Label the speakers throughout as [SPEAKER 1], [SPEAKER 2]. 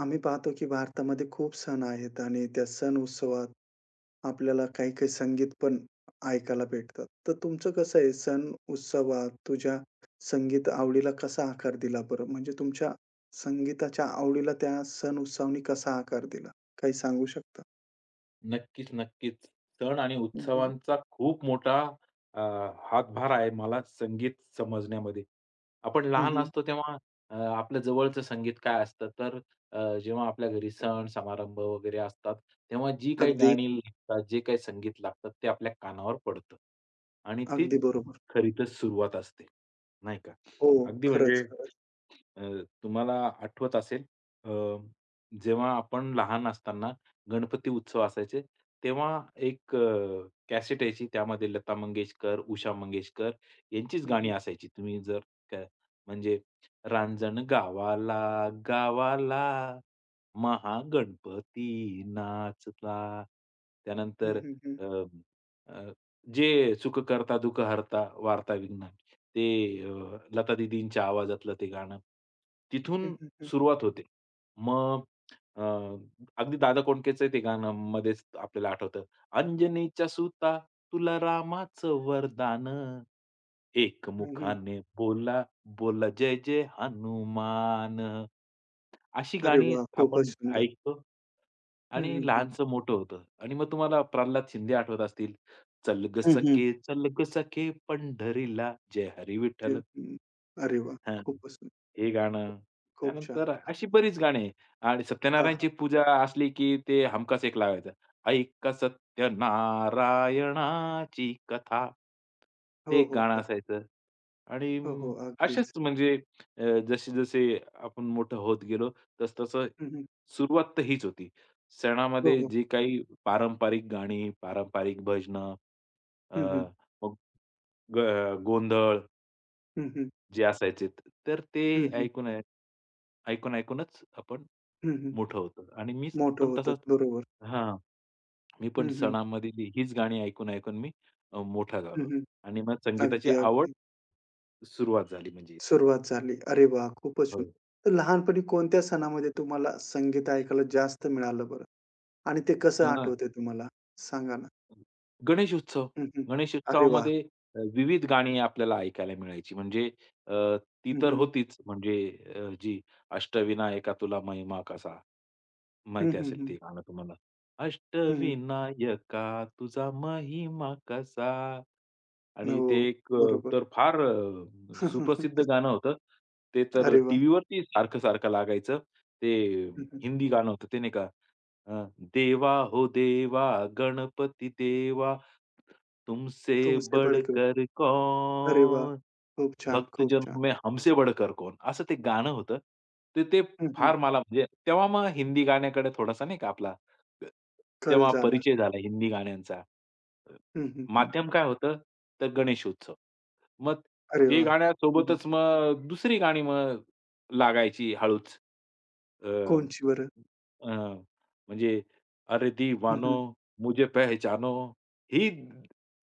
[SPEAKER 1] आम्ही पाहतो की भारतामध्ये खूप सण आहेत आणि त्या सण उत्सवात आपल्याला काही-काही संगीत पण ऐकायला भेटतात. तर तुमचं कसं आहे सण उत्सवात तुझ्या संगीत आवडीला कसा आकार दिला बरं? म्हणजे तुमच्या संगीताच्या आवडीला त्या सण उत्सवानी कसा आकार दिला? काही सांगू शकता?
[SPEAKER 2] नक्कीच, नक्कीच. सण आणि
[SPEAKER 1] हं, हं.
[SPEAKER 2] उत्सवांचा खूप मोठा अ, हातभार आहे मला संगीत समजण्यामध्ये. आपण लहान असतो तेव्हा आपल्या जवळचं संगीत काय असतं, तर जेव्हा आपल्या घरी सण समारंभ वगैरे असतात, तेव्हा जी काही
[SPEAKER 1] अगदी,
[SPEAKER 2] गाणी लागतात, जे काही संगीत लागतात, ते आपल्या कानावर पडतं आणि ते
[SPEAKER 1] अगदी बरोबर.
[SPEAKER 2] खरीतच सुरुवात असते, नाही का?
[SPEAKER 1] हो.
[SPEAKER 2] अगदी
[SPEAKER 1] खरंच,
[SPEAKER 2] म्हणजे
[SPEAKER 1] खरंच.
[SPEAKER 2] अ, तुम्हाला आठवत असेल अ, जेव्हा आपण लहान असताना गणपती उत्सव असायचे, तेव्हा एक कॅसेट यायची त्यामध्ये लता मंगेशकर, उषा मंगेशकर यांचीच
[SPEAKER 1] हं,
[SPEAKER 2] गाणी
[SPEAKER 1] हं.
[SPEAKER 2] असायची. तुम्ही जर का म्हणजे रांजण गावाला, गावाला महागणपती नाचला.
[SPEAKER 1] हं,
[SPEAKER 2] त्यानंतर
[SPEAKER 1] हं, हं.
[SPEAKER 2] अ, अ जे "सुख करता दुःख हरता वार्ता विघ्न" ते लता दीदींच्या आवाजातलं ते गाणं.
[SPEAKER 1] हं,
[SPEAKER 2] तिथून
[SPEAKER 1] हं, हं.
[SPEAKER 2] सुरुवात होते. मग अ, अगदी दादा कोंडकेचं ते गाणं मध्येच आपल्याला आठवतं. "अंजनीच्या सुता तुला रामाचं वरदान, एक मुखाने बोला, बोला जय जय हनुमान." अशी
[SPEAKER 1] अरे
[SPEAKER 2] गाणी
[SPEAKER 1] वाह! खूपच
[SPEAKER 2] आपण
[SPEAKER 1] सुंदर.
[SPEAKER 2] ऐकतो.
[SPEAKER 1] हं,
[SPEAKER 2] आणि
[SPEAKER 1] हं, हं.
[SPEAKER 2] लहानसं मोठं होतं आणि मग तुम्हाला प्रल्हाद शिंदे आठवत असतील. "चल ग
[SPEAKER 1] हं, हं.
[SPEAKER 2] सखे, चल ग सखे पंढरीला, जय हरी
[SPEAKER 1] जे
[SPEAKER 2] विठ्ठल."
[SPEAKER 1] हं. अरे वाह!
[SPEAKER 2] हां.
[SPEAKER 1] खूपच सुंदर.
[SPEAKER 2] हे गाणं,
[SPEAKER 1] खूप छान.
[SPEAKER 2] त्यानंतर अशी बरीच गाणी आणि
[SPEAKER 1] हां,
[SPEAKER 2] सत्यनारायणची
[SPEAKER 1] हां.
[SPEAKER 2] पूजा असली, की ते हमखास एक लावायचं. ऐक सत्यनारायणाची कथा. ते
[SPEAKER 1] हो,
[SPEAKER 2] एक
[SPEAKER 1] हो,
[SPEAKER 2] गाणं
[SPEAKER 1] हो.
[SPEAKER 2] असायचं आणि
[SPEAKER 1] हो, हो. अगदीच.
[SPEAKER 2] असेच म्हणजे जसे-जसे आपण मोठं होत गेलो, तस तसं
[SPEAKER 1] हं, हं.
[SPEAKER 2] सुरुवात तर हीच होती.
[SPEAKER 1] हो,
[SPEAKER 2] सणामध्ये
[SPEAKER 1] हो.
[SPEAKER 2] जी काही पारंपरिक गाणी, पारंपरिक भजनं, अ,
[SPEAKER 1] हं, हं.
[SPEAKER 2] मग ग गोंधळ
[SPEAKER 1] हं, हं.
[SPEAKER 2] जे असायचे. तर ते
[SPEAKER 1] हं, हं.
[SPEAKER 2] ऐकून ऐ ऐकून-ऐकूनच आपण
[SPEAKER 1] हं, हं.
[SPEAKER 2] मोठं होतो आणि मी
[SPEAKER 1] मोठं
[SPEAKER 2] पण
[SPEAKER 1] होतं.
[SPEAKER 2] तसाच
[SPEAKER 1] बरोबर.
[SPEAKER 2] हां. मी पण
[SPEAKER 1] हं, हं.
[SPEAKER 2] सणामध्ये हीच गाणी ऐकून-ऐकून मी मोठा
[SPEAKER 1] हं,
[SPEAKER 2] झालो
[SPEAKER 1] हं.
[SPEAKER 2] आणि मग संगीताची
[SPEAKER 1] अगदी,
[SPEAKER 2] आवड
[SPEAKER 1] अगदी.
[SPEAKER 2] सुरुवात झाली म्हणजे इथनं.
[SPEAKER 1] सुरुवात झाली. अरे वाह! खूपच छान.
[SPEAKER 2] हो.
[SPEAKER 1] तर लहानपणी कोणत्या सणामध्ये तुम्हाला संगीत ऐकायला जास्त मिळालं बरं? आणि ते कसं आठवतंय तुम्हाला? सांगा ना?
[SPEAKER 2] गणेश उत्सव.
[SPEAKER 1] हं, हं.
[SPEAKER 2] गणेश
[SPEAKER 1] अरे वाह!
[SPEAKER 2] उत्सवामध्ये विविध गाणी आपल्याला ऐकायला मिळायची. म्हणजे अ, ती
[SPEAKER 1] हं,
[SPEAKER 2] तर
[SPEAKER 1] हं.
[SPEAKER 2] होतीच म्हणजे जी अष्टविनायका तुला महिमा कसा.
[SPEAKER 1] हं,
[SPEAKER 2] माहिती
[SPEAKER 1] हं,
[SPEAKER 2] असेल
[SPEAKER 1] हं.
[SPEAKER 2] ते गाणं तुम्हाला.
[SPEAKER 1] हं, हं.
[SPEAKER 2] अष्टविनायका तुझा महिमा कसा. आणि ते
[SPEAKER 1] हो.
[SPEAKER 2] एक
[SPEAKER 1] बरोबर.
[SPEAKER 2] तर फार सुप्रसिद्ध गाणं होतं. ते तर
[SPEAKER 1] अरे वाह!
[SPEAKER 2] टीव्हीवरती सारखं-सारखं लागायचं. ते
[SPEAKER 1] हं, हं.
[SPEAKER 2] हिंदी गाणं होतं ते नाही का अ, देवा हो देवा गणपती देवा, तुमसे
[SPEAKER 1] तुमसे बडके हो.
[SPEAKER 2] बढ़कर
[SPEAKER 1] अरे वाह!
[SPEAKER 2] कौन,
[SPEAKER 1] खूप छान, खूप छान.
[SPEAKER 2] भक्तजनों में हमसे बढ़कर कौन असं ते गाणं होतं. तर ते
[SPEAKER 1] हं, हं.
[SPEAKER 2] फार मला म्हणजे तेव्हा मग हिंदी गाण्याकडे थोडासा नाही का आपला
[SPEAKER 1] कल
[SPEAKER 2] तेव्हा
[SPEAKER 1] झाला.
[SPEAKER 2] परिचय झाला हिंदी गाण्यांचा.
[SPEAKER 1] हं, हं, हं.
[SPEAKER 2] माध्यम काय होतं? तर गणेशोत्सव. मग
[SPEAKER 1] अरे
[SPEAKER 2] ते
[SPEAKER 1] वाह! हं, हं.
[SPEAKER 2] गाण्यासोबतच मग दुसरी गाणी मग लागायची हळूच. अ,
[SPEAKER 1] कोणची बरं?
[SPEAKER 2] अ, म्हणजे अरे
[SPEAKER 1] हं,
[SPEAKER 2] दिवानो
[SPEAKER 1] हं.
[SPEAKER 2] मुझे पहचानो ही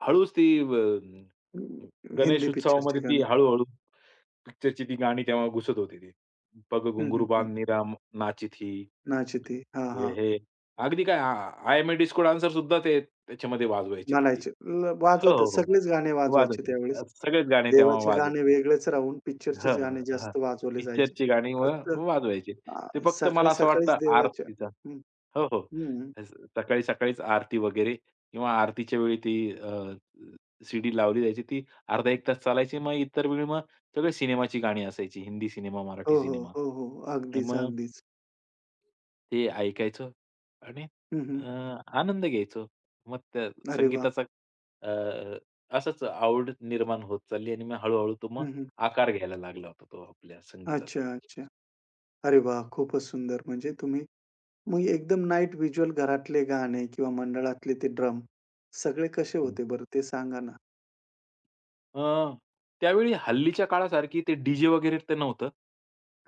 [SPEAKER 2] हळूच ती गणेश
[SPEAKER 1] हिंदी पिक्चरचे
[SPEAKER 2] उत्सवामध्ये
[SPEAKER 1] गाणे.
[SPEAKER 2] ती हळू-हळू पिक्चरची ती गाणी तेव्हा घुसत होती ती. पग
[SPEAKER 1] हं, हं,
[SPEAKER 2] घुंगरू
[SPEAKER 1] हं.
[SPEAKER 2] बांध नीरा नाचीत ही,
[SPEAKER 1] नाचती. हां, हां.
[SPEAKER 2] हे, हे. अगदी काय I am a disco dancer सुद्धा ते त्याच्यामध्ये वाजवायचे ते.
[SPEAKER 1] म्हणायचे. ल
[SPEAKER 2] हो,
[SPEAKER 1] वाजवतात.
[SPEAKER 2] हो, हो.
[SPEAKER 1] सगळेच गाणे वाजवायचे
[SPEAKER 2] वाजवतील.
[SPEAKER 1] त्यावेळेस.
[SPEAKER 2] सगळेच गाणी तेव्हा
[SPEAKER 1] देवाचे गाणे
[SPEAKER 2] वाजवतील.
[SPEAKER 1] वेगळेच राहून पिक्चरचेच
[SPEAKER 2] हं,
[SPEAKER 1] गाणे
[SPEAKER 2] हं, हां.
[SPEAKER 1] जास्त वाजवले जायचे.
[SPEAKER 2] पिक्चरची गाणी व
[SPEAKER 1] फक्त
[SPEAKER 2] वाजवायची. ते फक्त मला असं
[SPEAKER 1] सकाळी-सकाळीच
[SPEAKER 2] वाटतं
[SPEAKER 1] देवाच्या
[SPEAKER 2] आरतीचा
[SPEAKER 1] हं,
[SPEAKER 2] हो, हो.
[SPEAKER 1] हं.
[SPEAKER 2] सकाळी सकाळीच आरती वगैरे किंवा आरतीच्या वेळी ती सीडी लावली जायची. ती अर्धा 1 तास चालायची. मग इतर वेळी मग सगळे सिनेमाची गाणी असायची. हिंदी सिनेमा,
[SPEAKER 1] हो,
[SPEAKER 2] मराठी
[SPEAKER 1] हो.
[SPEAKER 2] सिनेमा
[SPEAKER 1] हो, हो.
[SPEAKER 2] आणि
[SPEAKER 1] अगदीच,
[SPEAKER 2] मग
[SPEAKER 1] अगदीच.
[SPEAKER 2] ते ऐकायचो आणि
[SPEAKER 1] हं, हं.
[SPEAKER 2] अ, आनंद घ्यायचो. मग त्या
[SPEAKER 1] अरे वाह!
[SPEAKER 2] संगीताचा अ, असंच आवड निर्माण होत चालली आणि मग हळू तो मग
[SPEAKER 1] हं, हं.
[SPEAKER 2] आकार घ्यायला लागला होता तो आपल्या
[SPEAKER 1] अच्छा,
[SPEAKER 2] संगीताचा.
[SPEAKER 1] अच्छा. अरे वाह! खूपच सुंदर. म्हणजे तुम्ही मग एकदम नाईट व्हिज्युअल घरातले गाणे किंवा मंडळातले ते ड्रम, सगळे कसे होते बरं ते सांगा ना?
[SPEAKER 2] अ, त्यावेळी हल्लीच्या काळासारखी ते डी-जे वगैरे तर नव्हतं.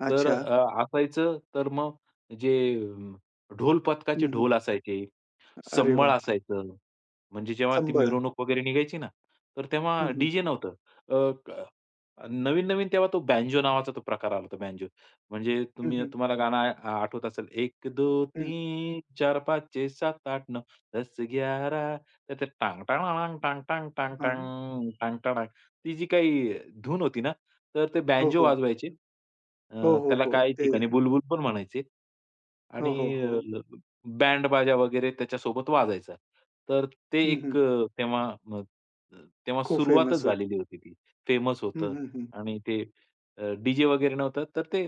[SPEAKER 2] तर
[SPEAKER 1] अच्छा.
[SPEAKER 2] असायचं तर मग जे अम, ढोल
[SPEAKER 1] हं,
[SPEAKER 2] पथकाचे
[SPEAKER 1] हं.
[SPEAKER 2] ढोल असायचे.
[SPEAKER 1] अरे
[SPEAKER 2] संबळ
[SPEAKER 1] वाह!
[SPEAKER 2] असायचं. म्हणजे जेव्हा ती
[SPEAKER 1] संबळ.
[SPEAKER 2] मिरवणूक वगैरे निघायची ना, तर
[SPEAKER 1] हं,
[SPEAKER 2] तेव्हा
[SPEAKER 1] हं.
[SPEAKER 2] डीजे जे नव्हतं. अ, क नवीन-नवीन तेव्हा तो बँजो नावाचा तो प्रकार आला होता बँजो. म्हणजे
[SPEAKER 1] हं, हं.
[SPEAKER 2] तुम्हाला गाणं आठवत असेल 1, 2,
[SPEAKER 1] हं.
[SPEAKER 2] 3, 4, 5, 6, 7, 8, 9, 10, 11 तर ते टांग टांग टांग टांग टांग टांग
[SPEAKER 1] हां.
[SPEAKER 2] टांग टांग ती जी काही धून होती ना, तर ते
[SPEAKER 1] हो,
[SPEAKER 2] बँजो
[SPEAKER 1] हो.
[SPEAKER 2] वाजवायचे.
[SPEAKER 1] हो, हो,
[SPEAKER 2] त्याला
[SPEAKER 1] हो.
[SPEAKER 2] काही
[SPEAKER 1] ते
[SPEAKER 2] ठिकाणी बुलबुल पण म्हणायचे
[SPEAKER 1] हो,
[SPEAKER 2] आणि
[SPEAKER 1] हो, हो.
[SPEAKER 2] अ बँड बाजा वगैरे त्याच्यासोबत वाजायचा. तर ते
[SPEAKER 1] हं, हं.
[SPEAKER 2] एक अ, तेव्हा म, अ, तेव्हा
[SPEAKER 1] खूप
[SPEAKER 2] सुरुवातच
[SPEAKER 1] फेमस होतं.
[SPEAKER 2] झालेली होती ती. फेमस
[SPEAKER 1] हं,
[SPEAKER 2] होतं
[SPEAKER 1] हं, हं.
[SPEAKER 2] आणि ते डीजे डी-जे वगैरे नव्हतं. तर ते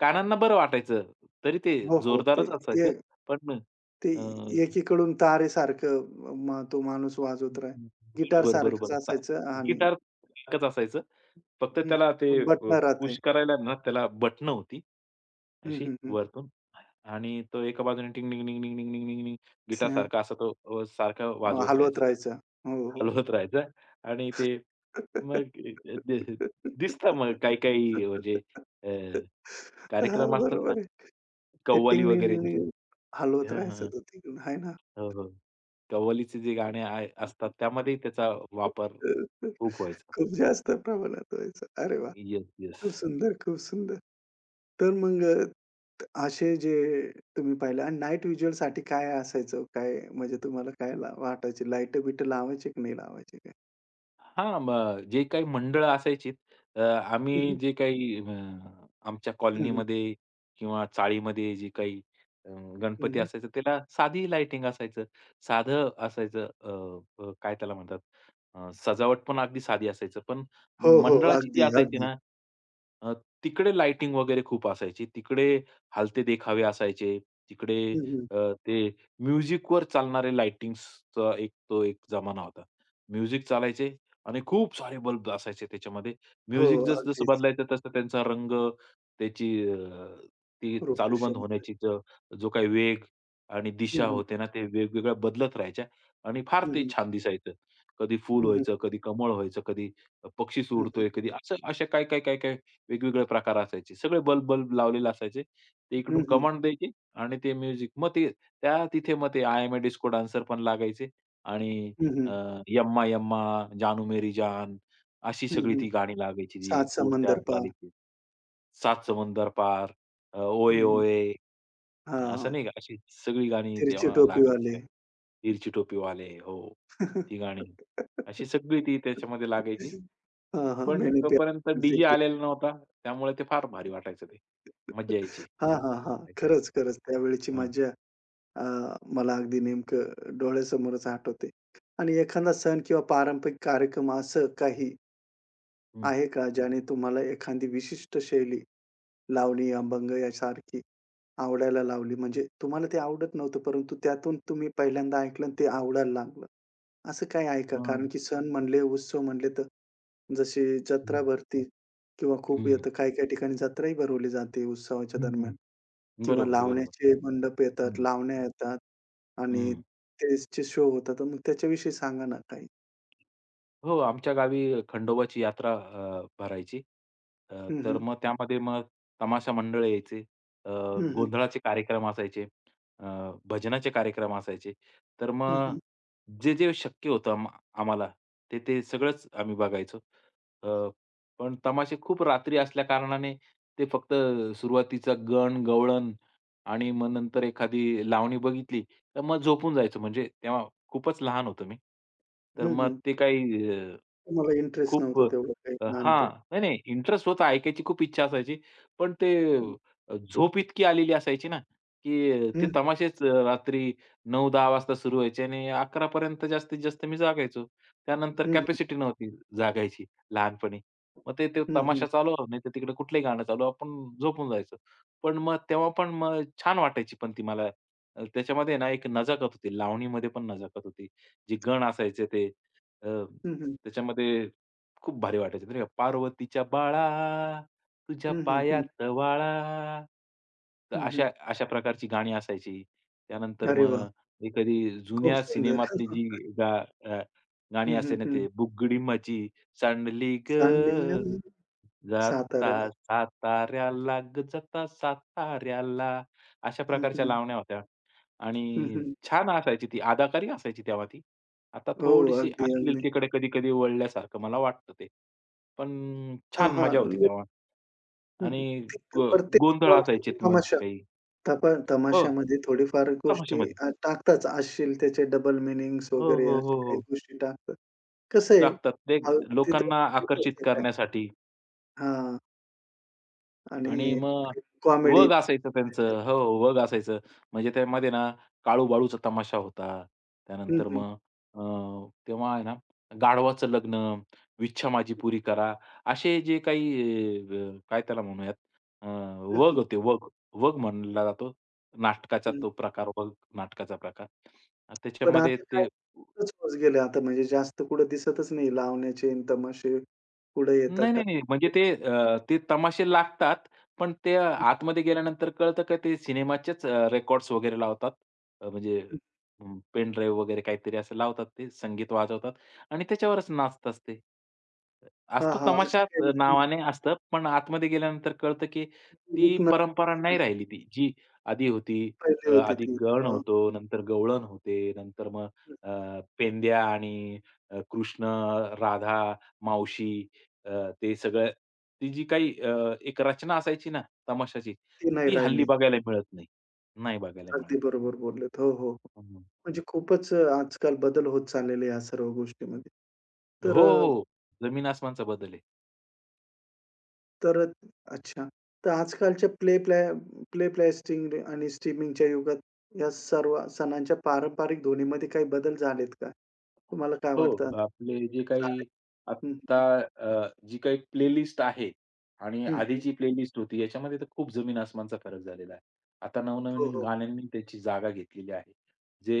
[SPEAKER 2] कानांना बरं वाटायचं. तरी ते
[SPEAKER 1] हो, हो. ते
[SPEAKER 2] जोरदारच
[SPEAKER 1] ए
[SPEAKER 2] असायचं. पण
[SPEAKER 1] ते एकीकडून तारेसारखं मग तो माणूस
[SPEAKER 2] हं,
[SPEAKER 1] वाजवत राहे.
[SPEAKER 2] हं. बरोबर,
[SPEAKER 1] गिटारसारखंच
[SPEAKER 2] बरोबर. हां.
[SPEAKER 1] असायचं आणि
[SPEAKER 2] गिटार सारखंच असायचं. फक्त
[SPEAKER 1] हं.
[SPEAKER 2] त्याला ते
[SPEAKER 1] बटणं राहते.
[SPEAKER 2] पुश करायला ना त्याला बटणं होती,
[SPEAKER 1] हं,
[SPEAKER 2] अशी
[SPEAKER 1] हं, हं.
[SPEAKER 2] वरतून आणि तो एका बाजूने टिंग टिंग टिंग टिंग टिंग टिंग टिंग टिंग
[SPEAKER 1] हं.
[SPEAKER 2] गिटारसारखा असा तो सारखं वाजवत
[SPEAKER 1] हलवत
[SPEAKER 2] राहायचा ते.
[SPEAKER 1] राहायचा. हो, हो.
[SPEAKER 2] हलवत राहायचा आणि ते मग अ, दि दिसतं मग काही-काही म्हणजे अ,
[SPEAKER 1] हां,
[SPEAKER 2] कार्यक्रम असतात ना,
[SPEAKER 1] बरोबर आहे. ते
[SPEAKER 2] कव्वाली वगैरेंचे.
[SPEAKER 1] टिंग-टिंग-टिंग-टिंग हलवत
[SPEAKER 2] हां,
[SPEAKER 1] राहायचं
[SPEAKER 2] हां.
[SPEAKER 1] तो तिकडून आहे ना?
[SPEAKER 2] हो, हो. कव्वालीचे जे गाणे आहे असतात त्यामध्येही त्याचा वापर खूप व्हायचा.
[SPEAKER 1] खूप जास्त प्रमाणात व्हायचं. अरे वाह!
[SPEAKER 2] येस,
[SPEAKER 1] खूप
[SPEAKER 2] येस.
[SPEAKER 1] सुंदर, खूप सुंदर. तर मग अ, त असे जे तुम्ही पाहिले आणि नाईट व्हिज्युअलसाठी काय असायचं? काय म्हणजे तुम्हाला काय ला वाटायची? लाईट-बिट लावायची की नाही लावायची काय?
[SPEAKER 2] हां, मग जे काही मंडळं असायची अ,
[SPEAKER 1] हं,
[SPEAKER 2] आम्ही
[SPEAKER 1] हं.
[SPEAKER 2] जे काही अ, आमच्या
[SPEAKER 1] हं, हं.
[SPEAKER 2] कॉलनीमध्ये किंवा चाळीमध्ये जे काही अ,
[SPEAKER 1] हं,
[SPEAKER 2] गणपती
[SPEAKER 1] हं.
[SPEAKER 2] असायचं त्याला साधी लाइटिंग असायचं. साधं असायचं अ, अ, काय त्याला म्हणतात सजावट पण अगदी साधी असायचं. पण
[SPEAKER 1] हो, हो.
[SPEAKER 2] मंडळाची जी
[SPEAKER 1] अगदी,
[SPEAKER 2] असायची
[SPEAKER 1] अगदी.
[SPEAKER 2] ना अ, तिकडे लाइटिंग वगैरे खूप असायची. तिकडे हलते देखावे असायचे. तिकडे
[SPEAKER 1] हं, हं.
[SPEAKER 2] ते म्युझिकवर चालणारे लाइटिंग्सचा एक तो एक जमाना होता. म्युझिक चालायचे आणि खूप सारे बल्ब असायचे त्याच्यामध्ये.
[SPEAKER 1] हो,
[SPEAKER 2] म्युझिक जसं-जसं
[SPEAKER 1] अगदीच.
[SPEAKER 2] बदलायचं तसं त्यांचा रंग, त्याची ती चालू-बंद
[SPEAKER 1] प्रोफेशनल.
[SPEAKER 2] होण्याची जो काही वेग आणि दिशा
[SPEAKER 1] हं,
[SPEAKER 2] होते ना, ते वेगवेगळ्या बदलत राहायच्या आणि फार
[SPEAKER 1] हं,
[SPEAKER 2] ते
[SPEAKER 1] हं.
[SPEAKER 2] छान दिसायचं. कधी फूल
[SPEAKER 1] हं, हं.
[SPEAKER 2] व्हायचं, कधी कमळ व्हायचं, कधी पक्षी
[SPEAKER 1] हं, हं.
[SPEAKER 2] सुरतोय, कधी असं असे काय, काय, काय, काय वेगवेगळे प्रकार असायचे. सगळे बल्ब बल्ब लावलेले असायचे. ते
[SPEAKER 1] हं,
[SPEAKER 2] इकडून
[SPEAKER 1] हं.
[SPEAKER 2] कमांड द्यायची आणि ते म्युझिक. मग ते त्या तिथे मग ते I am a disco dancer पण लागायचे आणि
[SPEAKER 1] हं, हं.
[SPEAKER 2] "यम्मा यम्मा", "जानू मेरी जान" अशी
[SPEAKER 1] हं,
[SPEAKER 2] सगळी
[SPEAKER 1] हं.
[SPEAKER 2] ती गाणी लागायची जी
[SPEAKER 1] सात
[SPEAKER 2] उडत्या
[SPEAKER 1] समंदर पार.
[SPEAKER 2] चालीची. "सात समुंदर पार",
[SPEAKER 1] हं,
[SPEAKER 2] "ओये
[SPEAKER 1] हं.
[SPEAKER 2] ओये"
[SPEAKER 1] हां,
[SPEAKER 2] असं
[SPEAKER 1] हां.
[SPEAKER 2] नाही का, अशी सगळी गाणी
[SPEAKER 1] तिरछी
[SPEAKER 2] तेव्हा लागायची
[SPEAKER 1] टोपीवाले.
[SPEAKER 2] त्यात. "तिरछी टोपीवाले" हो, ती गाणी. अशी सगळी ती त्याच्यामध्ये लागायची.
[SPEAKER 1] हां, हां.
[SPEAKER 2] पण
[SPEAKER 1] मैंने प्यार
[SPEAKER 2] तोपर्यंत
[SPEAKER 1] तुमसे
[SPEAKER 2] डीजे
[SPEAKER 1] किया.
[SPEAKER 2] आलेला नव्हता. त्यामुळे ते फार भारी वाटायचं ते. मज्जा यायची
[SPEAKER 1] हां, हां, हां.
[SPEAKER 2] ऐकायला.
[SPEAKER 1] खरंच, खरंच त्यावेळची
[SPEAKER 2] हां.
[SPEAKER 1] मजा. अ, मला अगदी नेमकं डोळ्यासमोरच आठवते. आणि एखादा सण किंवा पारंपरिक कार्यक्रम असं काही
[SPEAKER 2] हं.
[SPEAKER 1] आहे का ज्याने तुम्हाला एखादी विशिष्ट शैली लावणी, अभंग यासारखी आवडायला लावली. म्हणजे तुम्हाला ते आवडत नव्हतं, परंतु त्यातून तुम्ही पहिल्यांदा ऐकलं आणि ते आवडायला लागलं. असं काय आहे का?
[SPEAKER 2] हां.
[SPEAKER 1] कारण की सण म्हणले, उत्सव म्हणले तर जशी
[SPEAKER 2] हं.
[SPEAKER 1] जत्रा भरती किंवा खूप
[SPEAKER 2] हं.
[SPEAKER 1] येतं. काही-काही ठिकाणी जत्राही भरवली जाते उत्सवाच्या
[SPEAKER 2] हं.
[SPEAKER 1] दरम्यान किंवा
[SPEAKER 2] बरोबर, बरोबर.
[SPEAKER 1] लावण्याचे मंडप येतात,
[SPEAKER 2] हं.
[SPEAKER 1] लावण्या येतात आणि
[SPEAKER 2] हं.
[SPEAKER 1] स्टेजचे शो होतात. तर मग त्याच्याविषयी सांगा ना काही?
[SPEAKER 2] हो, आमच्या गावी खंडोबाची यात्रा भरायची. अ,
[SPEAKER 1] हं,
[SPEAKER 2] तर
[SPEAKER 1] हं.
[SPEAKER 2] मग त्यामध्ये मग तमाशा मंडळ यायचे. अ,
[SPEAKER 1] हं, हं.
[SPEAKER 2] गोंधळाचे कार्यक्रम असायचे. अ, भजनाचे कार्यक्रम असायचे. तर
[SPEAKER 1] हं,
[SPEAKER 2] मग
[SPEAKER 1] हं.
[SPEAKER 2] जे शक्य होतं आम्हाला ते सगळंच आम्ही बघायचो. अ, पण तमाशे खूप रात्री असल्याकारणाने ते फक्त सुरुवातीचा गण, गवळण आणि मग नंतर एखादी लावणी बघितली तर मग झोपून जायचो म्हणजे तेव्हा खूपच लहान होतो मी. तर मग
[SPEAKER 1] हं,
[SPEAKER 2] ते काही
[SPEAKER 1] तुम्हाला इंटरेस्ट
[SPEAKER 2] खूप
[SPEAKER 1] नव्हतं तेवढं काही
[SPEAKER 2] हां.
[SPEAKER 1] लहानपणी.
[SPEAKER 2] नाही, नाही. इंटरेस्ट होता. ऐकायची खूप इच्छा असायची. पण ते झोप इतकी आलेली असायची ना, की ते
[SPEAKER 1] हं,
[SPEAKER 2] तमाशेच रात्री 9-10 वाजता सुरू व्हायचे आणि 11 पर्यंत जास्तीत जास्त मी जागायचो. त्यानंतर
[SPEAKER 1] हं, हं.
[SPEAKER 2] कॅपॅसिटी नव्हती जागायची लहानपणी. मग ते ते तमाशा
[SPEAKER 1] हं,
[SPEAKER 2] चालू नाही तर तिकडे कुठलंही गाणं चालू, आपण झोपून जायचो. पण मग तेव्हा पण मग छान वाटायची पण ती मला. त्याच्यामध्ये ना एक नजाकत होती. लावणीमध्ये पण नजाकत होती. जे गण असायचे ते अ,
[SPEAKER 1] हं, हं.
[SPEAKER 2] त्याच्यामध्ये खूप भारी वाटायचं नाही का, "पार्वतीच्या बाळा, तुझ्या
[SPEAKER 1] हं, हं, हं.
[SPEAKER 2] पायात वाळा." तर
[SPEAKER 1] हं,
[SPEAKER 2] अशा
[SPEAKER 1] हं.
[SPEAKER 2] अशा प्रकारची गाणी असायची. त्यानंतर
[SPEAKER 1] अरे वाह!
[SPEAKER 2] मग एखादी
[SPEAKER 1] खूप
[SPEAKER 2] जुन्या
[SPEAKER 1] सुंदर.
[SPEAKER 2] सिनेमातली जी गा अ, गाणी
[SPEAKER 1] हं, हं,
[SPEAKER 2] असे ना
[SPEAKER 1] हं.
[SPEAKER 2] ते "बुगडी माझी सांडली गं,
[SPEAKER 1] सांगलीहून
[SPEAKER 2] जाता
[SPEAKER 1] साताऱ्याला.
[SPEAKER 2] साताऱ्याला गं, जाता साताऱ्याला." अशा
[SPEAKER 1] हं,
[SPEAKER 2] प्रकारच्या
[SPEAKER 1] हं.
[SPEAKER 2] लावण्या होत्या.
[SPEAKER 1] हं,
[SPEAKER 2] आणि
[SPEAKER 1] हं.
[SPEAKER 2] छान असायची ती, अदाकारी असायची तेव्हा ती. आता
[SPEAKER 1] हो,
[SPEAKER 2] थोडीशी
[SPEAKER 1] अगदी, अगदी.
[SPEAKER 2] अश्लीलतेकडे कधी-कधी वळल्यासारखं मला वाटतं ते. पण
[SPEAKER 1] हां,
[SPEAKER 2] छान मजा होती
[SPEAKER 1] हां.
[SPEAKER 2] तेव्हा
[SPEAKER 1] हं, हं.
[SPEAKER 2] आणि
[SPEAKER 1] ते
[SPEAKER 2] गो
[SPEAKER 1] प्रत्येक मला
[SPEAKER 2] गोंधळ
[SPEAKER 1] वाटतं की
[SPEAKER 2] असायचेत मग काही. हो,
[SPEAKER 1] तमाशामध्ये थोडीफार गोष्टी
[SPEAKER 2] तमाशामध्ये.
[SPEAKER 1] टाकताच असतील त्याचे डबल मीनिंग्स
[SPEAKER 2] हो,
[SPEAKER 1] वगैरे
[SPEAKER 2] हो, हो,
[SPEAKER 1] अशा काही
[SPEAKER 2] हो.
[SPEAKER 1] गोष्टी टाकतात. कसं आहे
[SPEAKER 2] टाकतात ते
[SPEAKER 1] अ, तिथं
[SPEAKER 2] लोकांना
[SPEAKER 1] येतं
[SPEAKER 2] आकर्षित
[SPEAKER 1] सगळ्या
[SPEAKER 2] करण्यासाठी.
[SPEAKER 1] हां.
[SPEAKER 2] आणि
[SPEAKER 1] आणि
[SPEAKER 2] मग
[SPEAKER 1] कॉमेडी
[SPEAKER 2] वग असायचं
[SPEAKER 1] त्याच्यात.
[SPEAKER 2] त्यांचं. हो, वग असायचं. म्हणजे त्यामध्ये ना काळू-बाळूचा तमाशा होता.
[SPEAKER 1] हं,
[SPEAKER 2] त्यानंतर
[SPEAKER 1] हं.
[SPEAKER 2] मग अ, तेव्हा आहे ना गाढवाचं लग्न, विच्छा माझी
[SPEAKER 1] हं, हं.
[SPEAKER 2] पुरी करा, असे जे काही काय त्याला म्हणूयात अ,
[SPEAKER 1] हं,
[SPEAKER 2] वग होते वग. वग म्हणला जातो. नाटकाचा
[SPEAKER 1] हं.
[SPEAKER 2] तो प्रकार, वग नाटकाचा प्रकार. अं,
[SPEAKER 1] पण
[SPEAKER 2] त्याच्यामध्ये
[SPEAKER 1] आता काय
[SPEAKER 2] ते
[SPEAKER 1] खूपच होत गेले आता म्हणजे जास्त कुठे दिसतच नाही लावण्याचे अन् तमाशे पुढे येतात
[SPEAKER 2] नाही,
[SPEAKER 1] का?
[SPEAKER 2] नाही, नाही. म्हणजे ते ते तमाशे लागतात. पण ते
[SPEAKER 1] हं,
[SPEAKER 2] आतमध्ये गेल्यानंतर कळतं का ते सिनेमाचेच रेकॉर्ड्स वगैरे लावतात. म्हणजे
[SPEAKER 1] हं.
[SPEAKER 2] पेन ड्राईव्ह वगैरे काहीतरी असं लावतात ते संगीत वाजवतात आणि त्याच्यावरच नाचतात ते. असतो तमाशा
[SPEAKER 1] अशी काही
[SPEAKER 2] नावाने असतं. पण आतमध्ये गेल्यानंतर कळतं की ती
[SPEAKER 1] विकणार
[SPEAKER 2] परंपरा नाही राहिली ती जी आधी होती.
[SPEAKER 1] पहिले होती
[SPEAKER 2] आधी
[SPEAKER 1] ती.
[SPEAKER 2] गण
[SPEAKER 1] हां.
[SPEAKER 2] होतो, नंतर गवळण होते, नंतर मग पेंद्या आणि कृष्ण, राधा, मावशी ते सगळं ती जी काही एक रचना असायची ना तमाशाची,
[SPEAKER 1] ती नाही
[SPEAKER 2] ती हल्ली
[SPEAKER 1] राहिली.
[SPEAKER 2] बघायला
[SPEAKER 1] हो.
[SPEAKER 2] मिळत नाही. नाही बघायला मिळत
[SPEAKER 1] अगदी
[SPEAKER 2] ती.
[SPEAKER 1] बरोबर बोललेत. हो, हो. हो.
[SPEAKER 2] हं, हं.
[SPEAKER 1] म्हणजे खूपच आजकाल बदल होत चाललेले या सर्व गोष्टीमध्ये.
[SPEAKER 2] हो,
[SPEAKER 1] तर अ
[SPEAKER 2] हो. जमीन आसमानचा बदल आहे.
[SPEAKER 1] तर अच्छा. तर आजकालच्या प्ले प्लॅ प्ले प्लॅस्टिंग आणि स्ट्रीमिंगच्या युगात या सर्व सणांच्या पारंपरिक धोनीमध्ये काही बदल झालेत का? तुम्हाला काय
[SPEAKER 2] हो,
[SPEAKER 1] वाटतं?
[SPEAKER 2] आपले जे
[SPEAKER 1] झाले.
[SPEAKER 2] काही
[SPEAKER 1] हं,
[SPEAKER 2] आत्ता
[SPEAKER 1] हं.
[SPEAKER 2] जी काही प्लेलिस्ट आहे आणि
[SPEAKER 1] हं, हं.
[SPEAKER 2] आधीची प्लेलिस्ट होती याच्यामध्ये तर खूप जमीन आसमानचा फरक झालेला आहे. आता
[SPEAKER 1] हो,
[SPEAKER 2] नवनवीन
[SPEAKER 1] हो.
[SPEAKER 2] गाण्यांनी त्याची जागा घेतलेली आहे.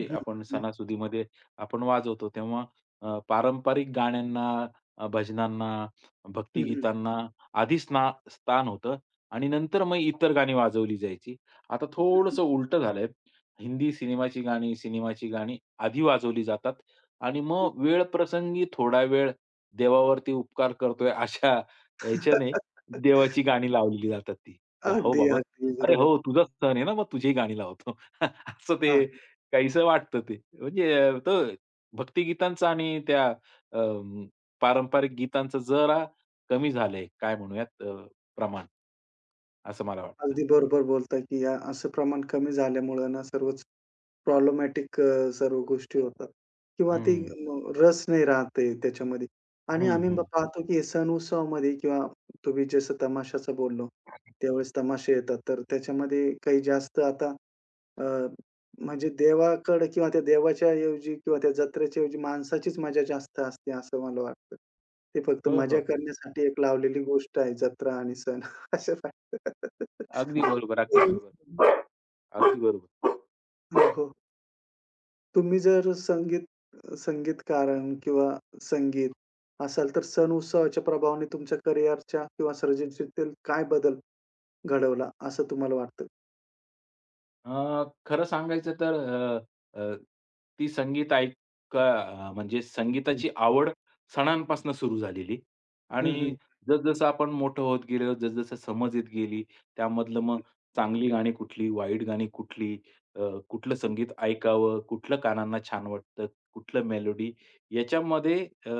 [SPEAKER 1] हं, हं,
[SPEAKER 2] आपण
[SPEAKER 1] हं.
[SPEAKER 2] सणासुदीमध्ये वाजवतो तेव्हा पारंपरिक गाण्यांना, भजनांना,
[SPEAKER 1] हं, हं.
[SPEAKER 2] भक्तिगीतांना आधी स्थान होतं आणि नंतर मग इतर गाणी वाजवली जायची. आता
[SPEAKER 1] हं,
[SPEAKER 2] थोडंसं उलटं झालंय. हिंदी सिनेमाची गाणी, सिनेमाची गाणी आधी वाजवली जातात आणि
[SPEAKER 1] हं.
[SPEAKER 2] मग वेळ प्रसंगी थोडा वेळ देवावरती उपकार करतोय अशा ह्याच्याने देवाची गाणी लावलेली जातात ती. की "हो
[SPEAKER 1] अगदी,
[SPEAKER 2] बाबा,
[SPEAKER 1] अगदी.
[SPEAKER 2] अरे
[SPEAKER 1] बरोबर.
[SPEAKER 2] हो तुझा सण आहे ना, मग तुझी गाणी लावतो." असं
[SPEAKER 1] हां.
[SPEAKER 2] ते काहीसं वाटतं ते. म्हणजे तो भक्तिगीतांचा आणि त्या अ, पारंपरिक गीतांचं जरा कमी झालंय काय म्हणूयात प्रमाण असं मला वाटतं.
[SPEAKER 1] अगदी बरोबर बोलताय, की या असं प्रमाण कमी झाल्यामुळे ना सर्वच प्रॉब्लेमॅटिक, सर्व गोष्टी होतात किंवा ती
[SPEAKER 2] हं,
[SPEAKER 1] रस नाही राहत आहे त्याच्यामध्ये. आणि
[SPEAKER 2] हं,
[SPEAKER 1] आम्ही हं.
[SPEAKER 2] हं.
[SPEAKER 1] पाहतो, की सण-उत्सवामध्ये किंवा तुम्ही जसं तमाशाचं बोललो, त्यावेळेस तमाशे येतात. तर त्याच्यामध्ये काही जास्त आता अ, म्हणजे देवाकडे किंवा त्या देवाच्या ऐवजी किंवा त्या जत्रेच्या ऐवजी माणसाचीच मजा जास्त असते असं मला वाटतं. ते फक्त
[SPEAKER 2] हो,
[SPEAKER 1] मजा
[SPEAKER 2] हो.
[SPEAKER 1] करण्यासाठी एक लावलेली गोष्ट आहे जत्रा आणि सण अशा
[SPEAKER 2] अगदी बरोबर, अगदी बरोबर.
[SPEAKER 1] तर
[SPEAKER 2] अगदी बरोबर.
[SPEAKER 1] हो, हो. तुम्ही जर संगीत संगीतकारण किंवा संगीत असाल, तर सण-उत्सवाच्या प्रभावाने तुमच्या करिअरच्या किंवा सर्जनशीलतेत काय बदल घडवला असं तुम्हाला वाटतं?
[SPEAKER 2] खरं सांगायचं तर अ, अ, ती म्हणजे
[SPEAKER 1] हं,
[SPEAKER 2] संगीताची आवड सणांपासून सुरू झालेली
[SPEAKER 1] हं, हं,
[SPEAKER 2] आणि जसजसं आपण मोठं होत गेलो, जसजसं समज येत गेली, त्यामधलं मग चांगली गाणी कुठली, वाईट गाणी कुठली, कुठलं
[SPEAKER 1] हं,
[SPEAKER 2] संगीत ऐकावं, कुठलं कानांना छान वाटतं, कुठलं मेलोडी याच्यामध्ये अ,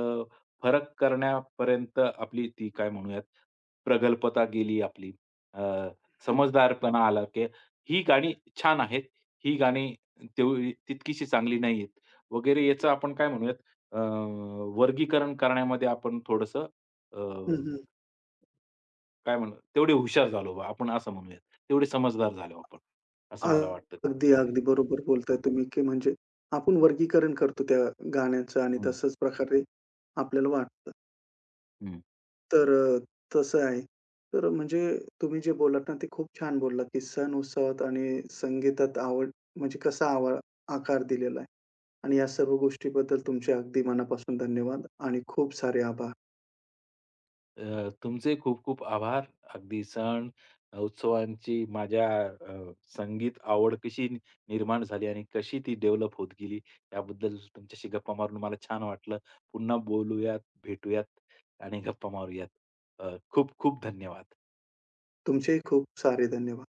[SPEAKER 2] फरक करण्यापर्यंत आपली ती काय म्हणूयात प्रगल्भता गेली आपली. अ,
[SPEAKER 1] हं,
[SPEAKER 2] समजदारपणा आला की ही गाणी छान आहेत, ही गाणी तेवढी तितकीशी चांगली नाहीयेत वगैरे याचं आपण काय म्हणूयात अ, वर्गीकरण करण्यामध्ये आपण थोडंसं अ,
[SPEAKER 1] हं, हं.
[SPEAKER 2] काय म्हणू तेवढे हुशार झालो बा आपण असं म्हणूयात. तेवढे समजदार झालो आपण, असं मला वाटतं
[SPEAKER 1] अगदी,
[SPEAKER 2] त्याच्यामध्ये.
[SPEAKER 1] अगदी बरोबर बोलताय तुम्ही, की म्हणजे आपण वर्गीकरण करतो त्या गाण्यांचं आणि
[SPEAKER 2] हं,
[SPEAKER 1] तसंच प्रकारे आपल्याला वाटतं.
[SPEAKER 2] हं.
[SPEAKER 1] तर तसं आहे. तर म्हणजे तुम्ही जे बोललात ना, ते खूप छान बोललात, की सण-उत्सवात आणि संगीतात आवड म्हणजे कसा आकार दिलेला आहे. आणि या सर्व गोष्टीबद्दल तुमचे अगदी मनापासून धन्यवाद आणि खूप सारे आभार.
[SPEAKER 2] तुमचे खूप खूप आभार. अगदी सण, उत्सवांची माझ्या संगीत आवड कशी निर्माण झाली आणि कशी ती डेव्हलप होत गेली, याबद्दल तुमच्याशी गप्पा मारून मला छान वाटलं. पुन्हा बोलूयात, भेटूयात आणि गप्पा मारूयात. खूप खूप धन्यवाद.
[SPEAKER 1] तुमचेही खूप सारे धन्यवाद.